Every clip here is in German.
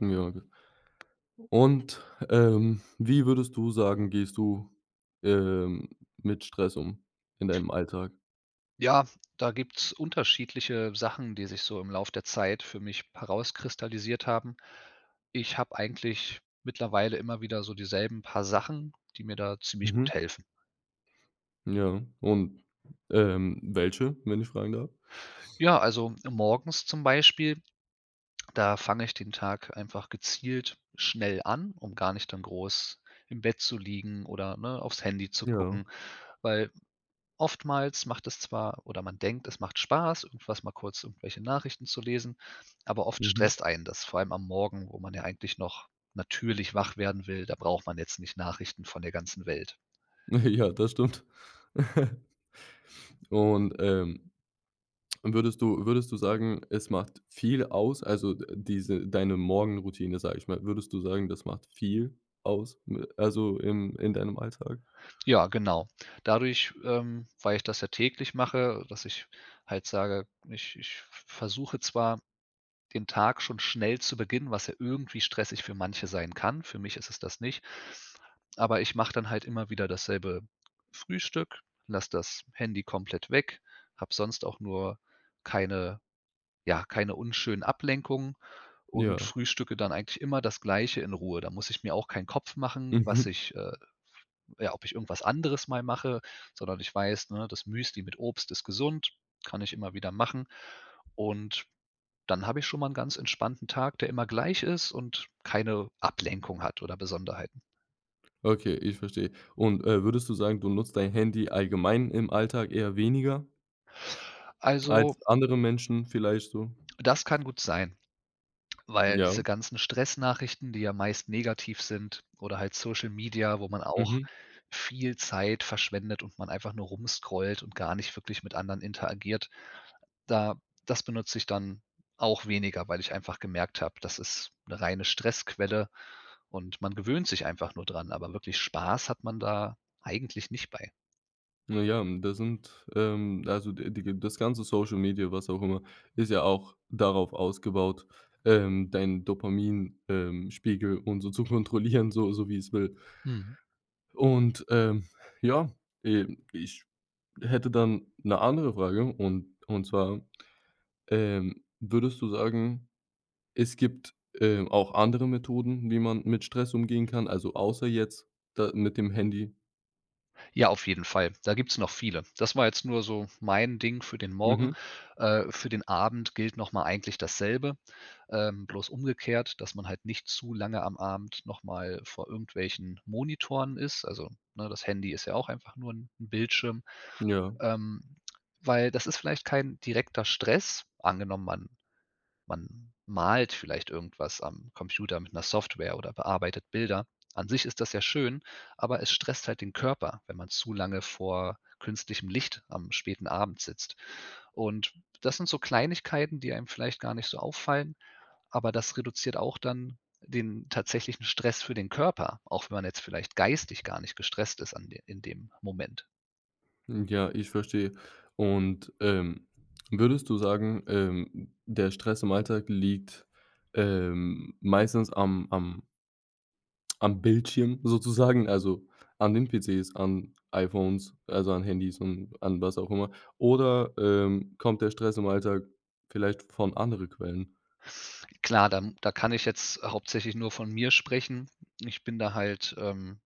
Ja, ge und, wie würdest du sagen, gehst du, ähm, mit Stress um in deinem Alltag? Ja, da gibt's unterschiedliche Sachen, die sich so im Lauf der Zeit für mich herauskristallisiert haben. Ich habe eigentlich mittlerweile immer wieder so dieselben paar Sachen, die mir da ziemlich gut Mhm. helfen. Ja, und, welche, wenn ich fragen darf? Ja, also morgens zum Beispiel, da fange ich den Tag einfach gezielt schnell an, um gar nicht dann groß im Bett zu liegen oder ne, aufs Handy zu Ja. gucken. Weil Oftmals macht es zwar oder man denkt, es macht Spaß, irgendwas mal kurz irgendwelche Nachrichten zu lesen, aber oft Mhm. stresst einen das, vor allem am Morgen, wo man ja eigentlich noch natürlich wach werden will. Da braucht man jetzt nicht Nachrichten von der ganzen Welt. Ja, das stimmt. Und, würdest du sagen, es macht viel aus, also, d diese deine Morgenroutine, sage ich mal, würdest du sagen, das macht viel aus, m also, im in deinem Alltag? Ja, genau. Dadurch, weil ich das ja täglich mache, dass ich halt sage, ich versuche zwar den Tag schon schnell zu Beginn, was ja irgendwie stressig für manche sein kann. Für mich ist es das nicht. Aber ich mache dann halt immer wieder dasselbe Frühstück, lasse das Handy komplett weg, habe sonst auch nur keine ja, keine unschönen Ablenkungen und Ja. frühstücke dann eigentlich immer das Gleiche in Ruhe. Da muss ich mir auch keinen Kopf machen, was ich ja, ob ich irgendwas anderes mal mache, sondern ich weiß, ne, das Müsli mit Obst ist gesund, kann ich immer wieder machen. Und dann habe ich schon mal 'n ganz entspannten Tag, der immer gleich ist und keine Ablenkung hat oder Besonderheiten. Okay, ich verstehe. Und, würdest du sagen, du nutzt dein Handy allgemein im Alltag eher weniger als Also, andere Menschen vielleicht so? das kann gut sein, weil Ja, diese ganzen Stressnachrichten, die ja meist negativ sind oder halt Social Media, wo man auch mhm. viel Zeit verschwendet und man einfach nur rumscrollt und gar nicht wirklich mit anderen interagiert, da das benutze ich dann auch weniger, weil ich einfach gemerkt habe, das ist 'ne reine Stressquelle und man gewöhnt sich einfach nur dran, aber wirklich Spaß hat man da eigentlich nicht bei. Na ja, das sind, also, d die das ganze Social Media, was auch immer, ist ja auch darauf ausgebaut, deinen Dopaminspiegel und so zu kontrollieren, so so wie es will. Mhm. Und, ja, ich hätte dann eine andere Frage und zwar, würdest du sagen. Es gibt, auch andere Methoden, wie man mit Stress umgehen kann, also außer jetzt da mit dem Handy. Ja, auf jeden Fall. Da gibt's noch viele. Das war jetzt nur so mein Ding für den Morgen. Mhm. Für den Abend gilt noch mal eigentlich dasselbe, bloß umgekehrt, dass man halt nicht zu lange am Abend noch mal vor irgendwelchen Monitoren ist. Also, ne, das Handy ist ja auch einfach nur ein 'n Bildschirm, Ja. ähm, weil das ist vielleicht kein direkter Stress. Angenommen, man malt vielleicht irgendwas am Computer mit einer Software oder bearbeitet Bilder. An sich ist das ja schön, aber es stresst halt den Körper, wenn man zu lange vor künstlichem Licht am späten Abend sitzt. Und das sind so Kleinigkeiten, die einem vielleicht gar nicht so auffallen, aber das reduziert auch dann den tatsächlichen Stress für den Körper, auch wenn man jetzt vielleicht geistig gar nicht gestresst ist an de in dem Moment. Ja, ich verstehe. Und, würdest du sagen, der Stress im Alltag liegt, meistens am Bildschirm sozusagen, also an den PCs, an iPhones, also an Handys und an was auch immer? Oder, kommt der Stress im Alltag vielleicht von anderen Quellen? Klar, da kann ich jetzt hauptsächlich nur von mir sprechen. Ich bin da halt, ähm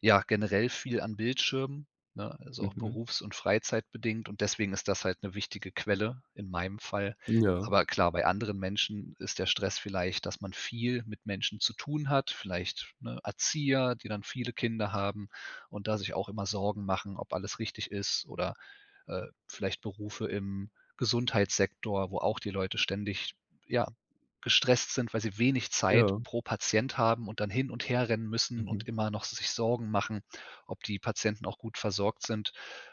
Ja, generell viel an Bildschirmen, ne, also auch Mhm. berufs und freizeitbedingt und deswegen ist das halt 'ne wichtige Quelle in meinem Fall. Ja, Aber klar, bei anderen Menschen ist der Stress vielleicht, dass man viel mit Menschen zu tun hat, vielleicht, ne, Erzieher, die dann viele Kinder haben und da sich auch immer Sorgen machen, ob alles richtig ist oder, vielleicht Berufe im Gesundheitssektor, wo auch die Leute ständig, ja, gestresst sind, weil sie wenig Zeit ja. pro Patient haben und dann hin und her rennen müssen und Mhm. immer noch sich Sorgen machen, ob die Patienten auch gut versorgt sind.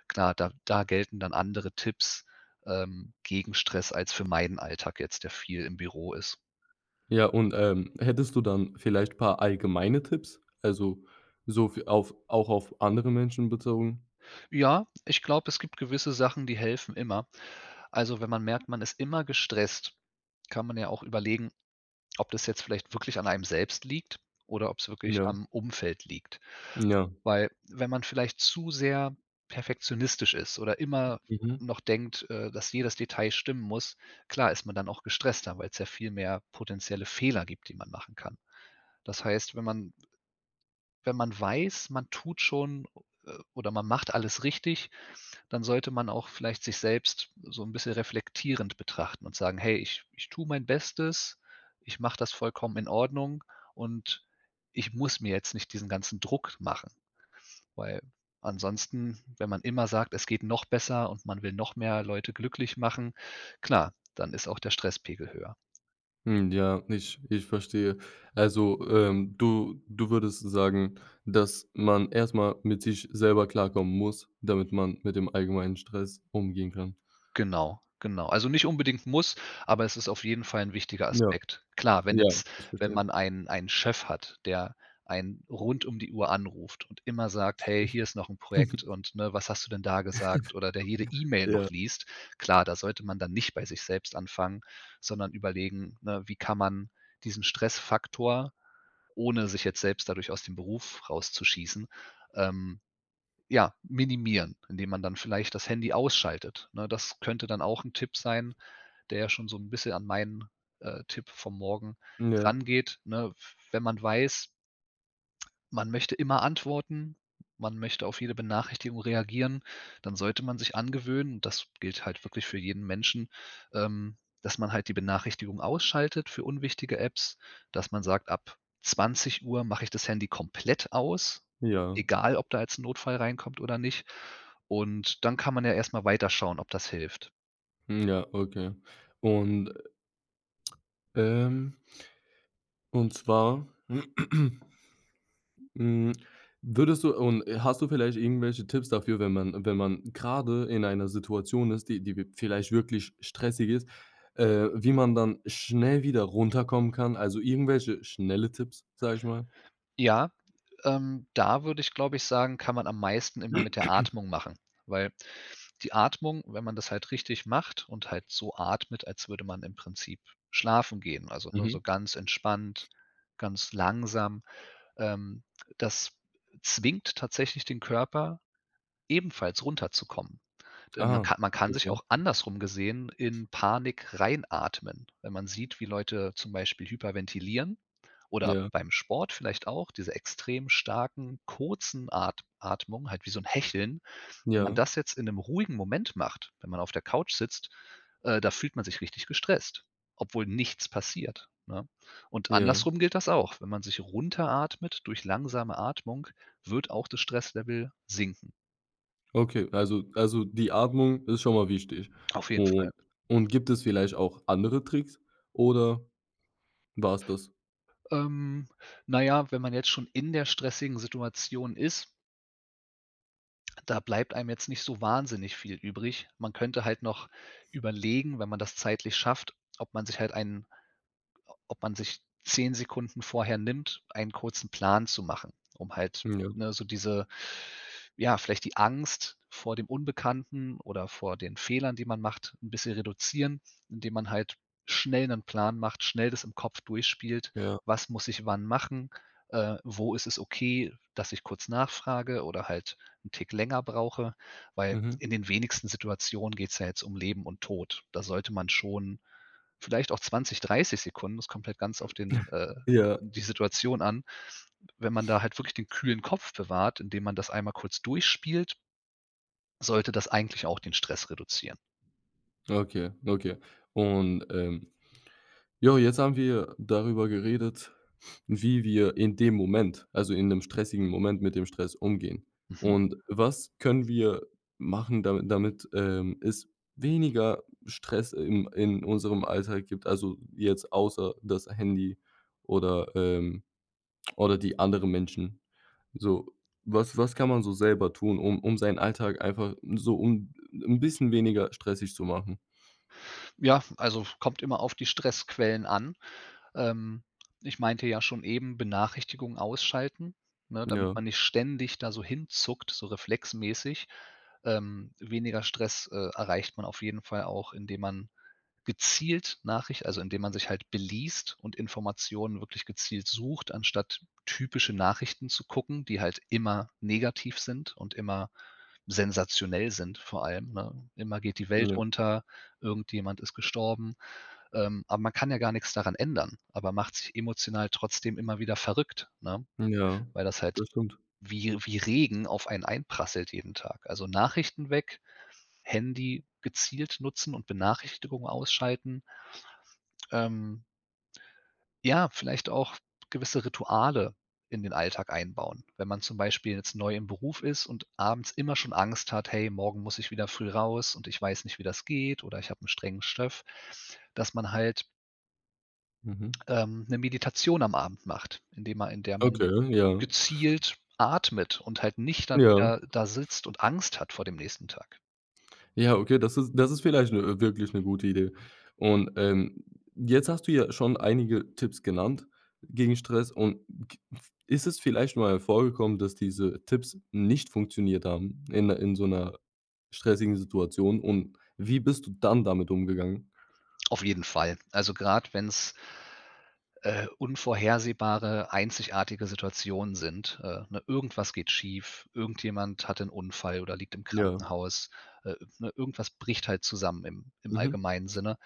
Klar, da gelten dann andere Tipps, gegen Stress als für meinen Alltag jetzt, der viel im Büro ist. Ja, und, hättest du dann vielleicht ein paar allgemeine Tipps? Also, so für auf auch auf andere Menschen bezogen? Ja, ich glaube, es gibt gewisse Sachen, die helfen immer. Also, wenn man merkt, man ist immer gestresst, kann man ja auch überlegen, ob das jetzt vielleicht wirklich an einem selbst liegt oder ob es wirklich Ja, am Umfeld liegt. ja, Weil wenn man vielleicht zu sehr perfektionistisch ist oder immer mhm, noch denkt, dass jedes Detail stimmen muss, klar ist man dann auch gestresster, weil es ja viel mehr potenzielle Fehler gibt, die man machen kann. Das heißt, wenn man weiß, man tut schon, oder man macht alles richtig, dann sollte man auch vielleicht sich selbst so ein bisschen reflektierend betrachten und sagen: „Hey, ich tue mein Bestes, ich mache das vollkommen in Ordnung und ich muss mir jetzt nicht diesen ganzen Druck machen." Weil ansonsten, wenn man immer sagt, es geht noch besser und man will noch mehr Leute glücklich machen, klar, dann ist auch der Stresspegel höher. hm, ja, ich verstehe. Also, du würdest sagen, dass man erstmal mit sich selber klarkommen muss, damit man mit dem allgemeinen Stress umgehen kann. Genau, genau. Also nicht unbedingt muss, aber es ist auf jeden Fall ein wichtiger Ja, Aspekt. Klar, ja, ich wenn verstehe. man einen Chef hat, der einen rund um die Uhr anruft und immer sagt: „Hey, hier ist noch ein Projekt und, ne, was hast du denn da gesagt?" Oder der jede E-Mail noch Ja, liest. Klar, da sollte man dann nicht bei sich selbst anfangen, sondern überlegen, ne, wie kann man diesen Stressfaktor ohne sich jetzt selbst dadurch aus dem Beruf rauszuschießen, ähm, ja, minimieren, indem man dann vielleicht das Handy ausschaltet. Ne, das könnte dann auch ein Tipp sein, der ja schon so ein bisschen an meinen, Tipp vom Morgen ja, rangeht, ne? Wenn man weiß, man möchte immer antworten, man möchte auf jede Benachrichtigung reagieren, dann sollte man sich angewöhnen, und das gilt halt wirklich für jeden Menschen, ähm, dass man halt die Benachrichtigung ausschaltet für unwichtige Apps, dass man sagt, ab 20 Uhr mache ich das Handy komplett aus, ja, egal ob da jetzt ein Notfall reinkommt oder nicht. Und dann kann man ja erst mal weiterschauen, ob das hilft. ja, okay. Und, ähm und zwar, hm, würdest du und hast du vielleicht irgendwelche Tipps dafür, wenn man wenn man grade in einer Situation ist, die die w vielleicht wirklich stressig ist, wie man dann schnell wieder runterkommen kann? Also, irgendwelche schnelle Tipps, sage ich mal? Ja, da würde ich, glaube ich, sagen, kann man am meisten immer mit der Atmung machen, weil die Atmung, wenn man das halt richtig macht und halt so atmet, als würde man im Prinzip schlafen gehen, also nur Mhm. so ganz entspannt, ganz langsam, ähm, das zwingt tatsächlich den Körper ebenfalls runterzukommen. Denn man Ah, kann man kann sich okay. auch andersrum gesehen in Panik reinatmen, wenn man sieht, wie Leute zum Beispiel hyperventilieren oder Ja, beim Sport vielleicht auch diese extrem starken, kurzen At Atmungen, halt wie so ein Hecheln. Wenn man ja, das jetzt in einem ruhigen Moment macht, wenn man auf der Couch sitzt, da fühlt man sich richtig gestresst, obwohl nichts passiert, ne? Und ja. andersrum gilt das auch. Wenn man sich runteratmet durch langsame Atmung, wird auch das Stresslevel sinken. Okay, also, die Atmung ist schon mal wichtig. Auf jeden Fall. Und und gibt es vielleicht auch andere Tricks oder war's das? Ähm, na ja, wenn man jetzt schon in der stressigen Situation ist, da bleibt einem jetzt nicht so wahnsinnig viel übrig. Man könnte halt noch überlegen, wenn man das zeitlich schafft, ob man sich halt einen ob man sich 10 Sekunden vorher nimmt, einen kurzen Plan zu machen, um halt, Ja, ne, so diese ja, vielleicht die Angst vor dem Unbekannten oder vor den Fehlern, die man macht, ein bisschen reduzieren, indem man halt schnell einen Plan macht, schnell das im Kopf durchspielt. ja. Was muss ich wann machen? Wo ist es okay, dass ich kurz nachfrage oder halt einen Tick länger brauche? Weil Mhm. in den wenigsten Situationen geht es ja jetzt um Leben und Tod. Da sollte man schon vielleicht auch 20, 30 Sekunden. Das kommt halt ganz auf Ja, die Situation an. Wenn man da halt wirklich den kühlen Kopf bewahrt, indem man das einmal kurz durchspielt, sollte das eigentlich auch den Stress reduzieren. okay, okay. Und, jo, jetzt haben wir darüber geredet, wie wir in dem Moment, also in 'nem stressigen Moment mit dem Stress umgehen. Mhm. Und was können wir machen, damit, es weniger Stress im in unserem Alltag gibt, also jetzt außer das Handy oder, ähm oder die anderen Menschen. So, was kann man so selber tun, um seinen Alltag einfach so um 'n bisschen weniger stressig zu machen? Ja, also kommt immer auf die Stressquellen an. Ähm, Ich meinte ja schon eben, Benachrichtigungen ausschalten, ne, damit Ja, man nicht ständig da so hinzuckt, so reflexmäßig. Weniger Stress, erreicht man auf jeden Fall auch, indem man gezielt Nachricht also indem man sich halt beliest und Informationen wirklich gezielt sucht, anstatt typische Nachrichten zu gucken, die halt immer negativ sind und immer sensationell sind vor allem, ne? Immer geht die Welt ja, unter, irgendjemand ist gestorben, aber man kann ja gar nichts daran ändern, aber macht sich emotional trotzdem immer wieder verrückt, ne? ja, Weil das halt das stimmt. wie Regen auf einen einprasselt jeden Tag. Also Nachrichten weg, Handy gezielt nutzen und Benachrichtigungen ausschalten, ähm, Ja, vielleicht auch gewisse Rituale in den Alltag einbauen. Wenn man zum Beispiel jetzt neu im Beruf ist und abends immer schon Angst hat: „Hey, morgen muss ich wieder früh raus und ich weiß nicht, wie das geht oder ich habe einen strengen Chef", dass man halt, Mhm. 'Ne Meditation am Abend macht, indem man in der man Okay, ja. gezielt atmet und halt nicht dann Ja. wieder da sitzt und Angst hat vor dem nächsten Tag. Ja, okay, das ist vielleicht 'ne wirklich 'ne gute Idee. Und, jetzt hast du ja schon einige Tipps genannt gegen Stress und g f ist es vielleicht mal vorgekommen, dass diese Tipps nicht funktioniert haben in 'ner in so 'ner stressigen Situation und wie bist du dann damit umgegangen? Auf jeden Fall. Also, grad wenn's unvorhersehbare, einzigartige Situationen sind. Ne, irgendwas geht schief, irgendjemand hat einen Unfall oder liegt im Ja. Krankenhaus, ne, irgendwas bricht halt zusammen im Mhm. allgemeinen Sinne.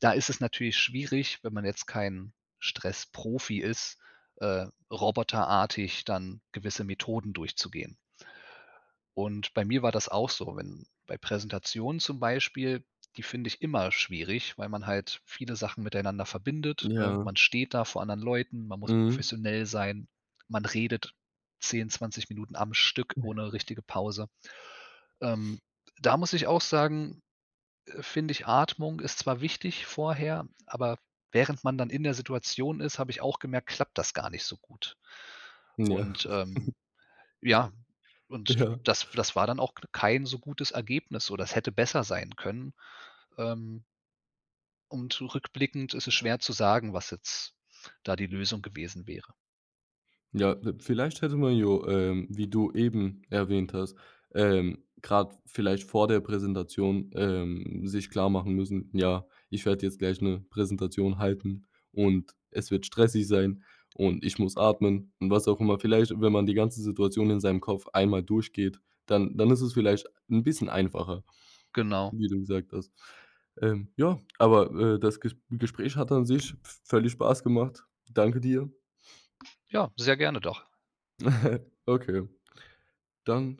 Da ist es natürlich schwierig, wenn man jetzt kein Stressprofi ist, roboterartig dann gewisse Methoden durchzugehen. Und bei mir war das auch so, wenn bei Präsentationen zum Beispiel, die finde ich immer schwierig, weil man halt viele Sachen miteinander verbindet, ne? Ja. Man steht da vor anderen Leuten, man muss Mhm. professionell sein, man redet 10, 20 Minuten am Stück ohne richtige Pause. Ähm, Da muss ich auch sagen, finde ich, Atmung ist zwar wichtig vorher, aber während man dann in der Situation ist, habe ich auch gemerkt, klappt das gar nicht so gut. Ja. Und, ja, und Ja. das war dann auch kein so gutes Ergebnis oder es hätte besser sein können. Ähm, und rückblickend ist es schwer zu sagen, was jetzt da die Lösung gewesen wäre. Ja, d vielleicht hätte man ja, wie du eben erwähnt hast, grad vielleicht vor der Präsentation, sich klar machen müssen: „Ja, ich werde jetzt gleich eine Präsentation halten und es wird stressig sein und ich muss atmen“ und was auch immer. Vielleicht, wenn man die ganze Situation in seinem Kopf einmal durchgeht, dann ist es vielleicht ein bisschen einfacher, Genau. wie du gesagt hast. Ja, aber, das Gespräch hat an sich völlig Spaß gemacht. Danke dir. Ja, sehr gerne doch. Okay, dann